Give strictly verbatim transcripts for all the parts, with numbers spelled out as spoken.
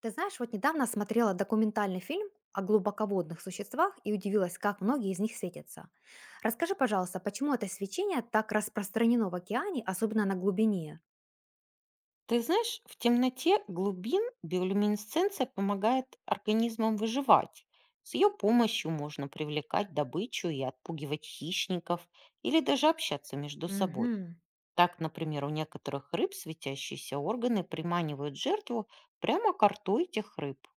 Ты знаешь, вот недавно смотрела документальный фильм о глубоководных существах и удивилась, как многие из них светятся. Расскажи, пожалуйста, почему это свечение так распространено в океане, особенно на глубине? Ты знаешь, в темноте глубин биолюминесценция помогает организмам выживать. С ее помощью можно привлекать добычу и отпугивать хищников или даже общаться между собой. Мгм. Так, например, у некоторых рыб светящиеся органы приманивают жертву прямо к рту этих рыб.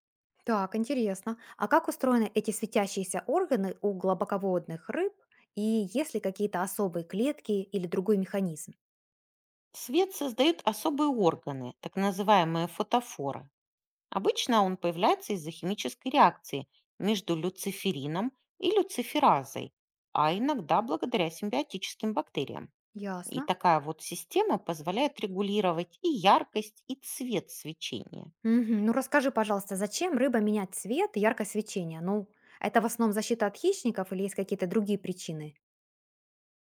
Так, интересно. А как устроены эти светящиеся органы у глубоководных рыб? И есть ли какие-то особые клетки или другой механизм? Свет создают особые органы, так называемые фотофоры. Обычно он появляется из-за химической реакции между люциферином и люциферазой, а иногда благодаря симбиотическим бактериям. И Ясно. такая вот система позволяет регулировать и яркость, и цвет свечения. Мгм. Ну расскажи, пожалуйста, зачем рыба менять цвет и яркое свечение? Ну, это в основном защита от хищников или есть какие-то другие причины?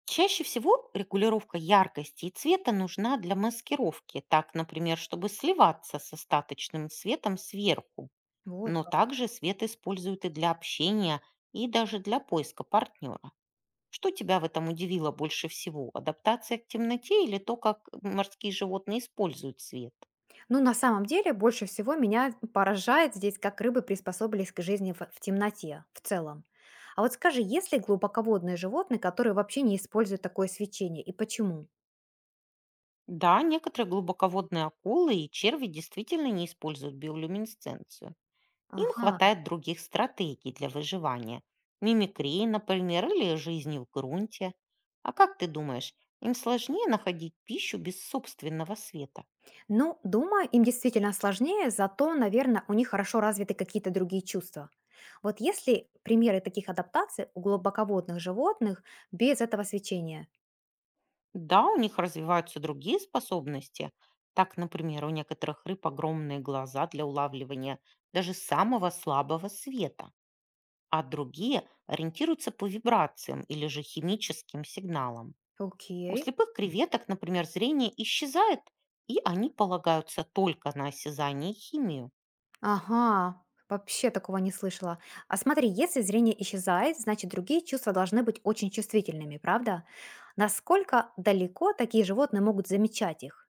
Чаще всего регулировка яркости и цвета нужна для маскировки, так, например, чтобы сливаться с остаточным светом сверху. Вот Но как. также свет используют и для общения, и даже для поиска партнера. Что тебя в этом удивило больше всего? Адаптация к темноте или то, как морские животные используют свет? Ну, на самом деле, больше всего меня поражает здесь, как рыбы приспособились к жизни в, в темноте в целом. А вот скажи, есть ли глубоководные животные, которые вообще не используют такое свечение, и почему? Да, некоторые глубоководные акулы и черви действительно не используют биолюминесценцию. Им Ага. хватает других стратегий для выживания. Мимикрии, например, или жизни в грунте. А как ты думаешь, им сложнее находить пищу без собственного света? Ну, думаю, им действительно сложнее, зато, наверное, у них хорошо развиты какие-то другие чувства. Вот есть ли примеры таких адаптаций у глубоководных животных без этого свечения? Да, у них развиваются другие способности. Так, например, у некоторых рыб огромные глаза для улавливания даже самого слабого света, а другие ориентируются по вибрациям или же химическим сигналам. У Окей. слепых креветок, например, зрение исчезает, и они полагаются только на осязание и химию. Ага, вообще такого не слышала. А смотри, если зрение исчезает, значит другие чувства должны быть очень чувствительными, правда? Насколько далеко такие животные могут замечать их?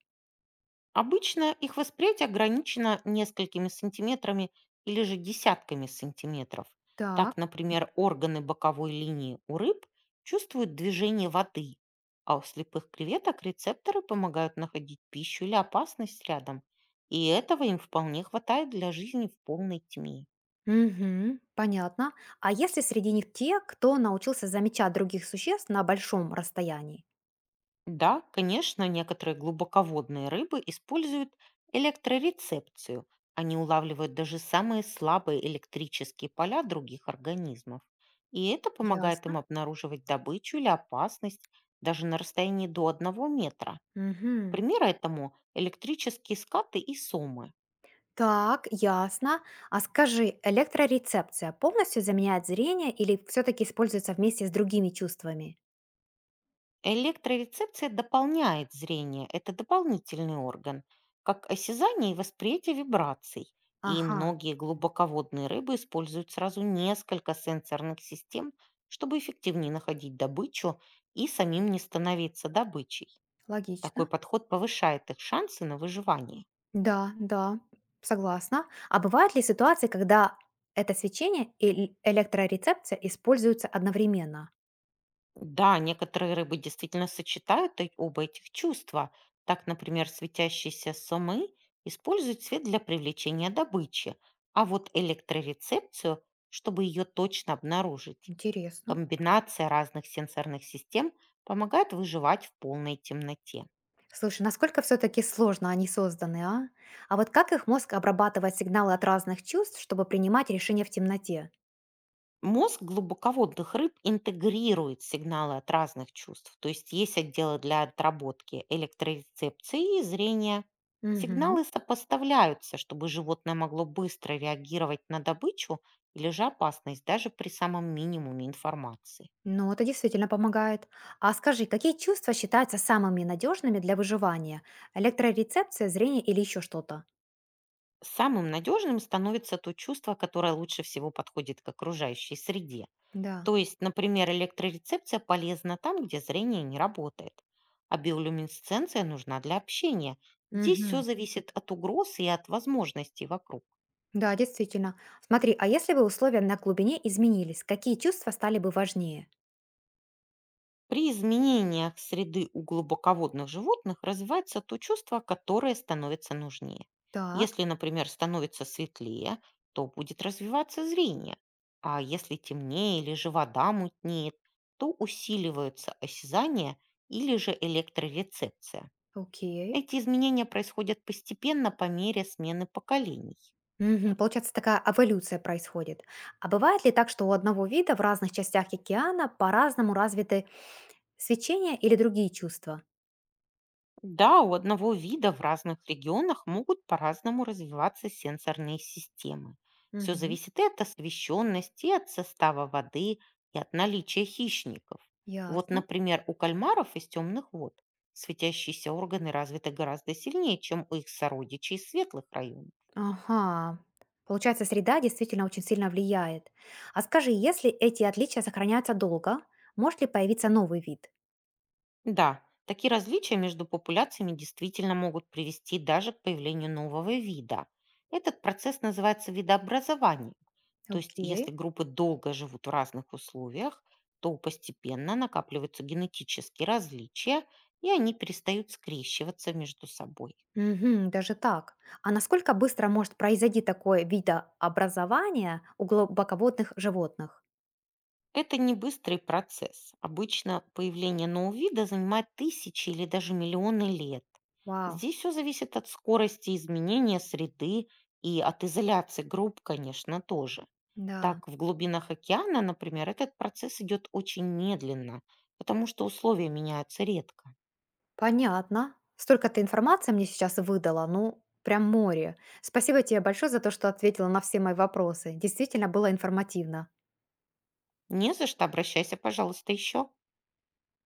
Обычно их восприятие ограничено несколькими сантиметрами или же десятками сантиметров. Так. Так, например, органы боковой линии у рыб чувствуют движение воды, а у слепых креветок рецепторы помогают находить пищу или опасность рядом. И этого им вполне хватает для жизни в полной тьме. Угу, понятно. А если среди них те, кто научился замечать других существ на большом расстоянии? Да, конечно, некоторые глубоководные рыбы используют электрорецепцию. Они улавливают даже самые слабые электрические поля других организмов. И это помогает им Ясно. обнаруживать добычу или опасность даже на расстоянии до одного метра. Угу. Примеры этому– электрические скаты и сомы. Так, ясно. А скажи, электрорецепция полностью заменяет зрение или все-таки используется вместе с другими чувствами? Электрорецепция дополняет зрение. Это дополнительный орган, как осязание и восприятие вибраций. И Ага. многие глубоководные рыбы используют сразу несколько сенсорных систем, чтобы эффективнее находить добычу и самим не становиться добычей. Такой Логично. подход повышает их шансы на выживание. Да, да, согласна. А бывают ли ситуации, когда это свечение и л- электрорецепция используются одновременно? Да, некоторые рыбы действительно сочетают э- оба этих чувства. Так, например, светящиеся сомы используют цвет для привлечения добычи, а вот электрорецепцию, чтобы ее точно обнаружить. Интересно. Комбинация разных сенсорных систем помогает выживать в полной темноте. Слушай, насколько все-таки сложно они созданы, а? А вот как их мозг обрабатывает сигналы от разных чувств, чтобы принимать решения в темноте? Мозг глубоководных рыб интегрирует сигналы от разных чувств, то есть есть отделы для отработки электрорецепции и зрения. Мгм. Сигналы сопоставляются, чтобы животное могло быстро реагировать на добычу или же опасность даже при самом минимуме информации. Ну, это действительно помогает. А скажи, какие чувства считаются самыми надежными для выживания? Электрорецепция, зрение или еще что-то? Самым надежным становится то чувство, которое лучше всего подходит к окружающей среде. Да. То есть, например, электрорецепция полезна там, где зрение не работает, а биолюминесценция нужна для общения. Здесь Мгм. все зависит от угроз и от возможностей вокруг. Да, действительно. Смотри, а если бы условия на глубине изменились, какие чувства стали бы важнее? При изменениях среды у глубоководных животных развивается то чувство, которое становится нужнее. Так, Если, например, становится светлее, то будет развиваться зрение, а если темнее или же вода мутнеет, то усиливаются осязание или же электрорецепция. окей. Эти изменения происходят постепенно по мере смены поколений. Мгм, получается, такая эволюция происходит. А бывает ли так, что у одного вида в разных частях океана по-разному развиты свечения или другие чувства? Да, у одного вида в разных регионах могут по-разному развиваться сенсорные системы. Все Мгм. зависит и от освещенности, и от состава воды, и от наличия хищников. Вот, Ясно. например, у кальмаров из темных вод светящиеся органы развиты гораздо сильнее, чем у их сородичей из светлых районов. Ага. Получается, среда действительно очень сильно влияет. А скажи, если эти отличия сохраняются долго, может ли появиться новый вид? Да, такие различия между популяциями действительно могут привести даже к появлению нового вида. Этот процесс называется видообразованием. То есть, Окей. если группы долго живут в разных условиях, то постепенно накапливаются генетические различия, и они перестают скрещиваться между собой. Мгм. Даже так. А насколько быстро может произойти такое видообразование у глубоководных животных? Это не быстрый процесс. Обычно появление нового вида занимает тысячи или даже миллионы лет. Вау, Здесь все зависит от скорости изменения среды и от изоляции групп, конечно, тоже. да. Так, в глубинах океана, например, этот процесс идет очень медленно, потому что условия меняются редко. Понятно. Столько ты информации мне сейчас выдала, ну, прям море. Спасибо тебе большое за то, что ответила на все мои вопросы. Действительно было информативно. Не за что, обращайся, пожалуйста, еще.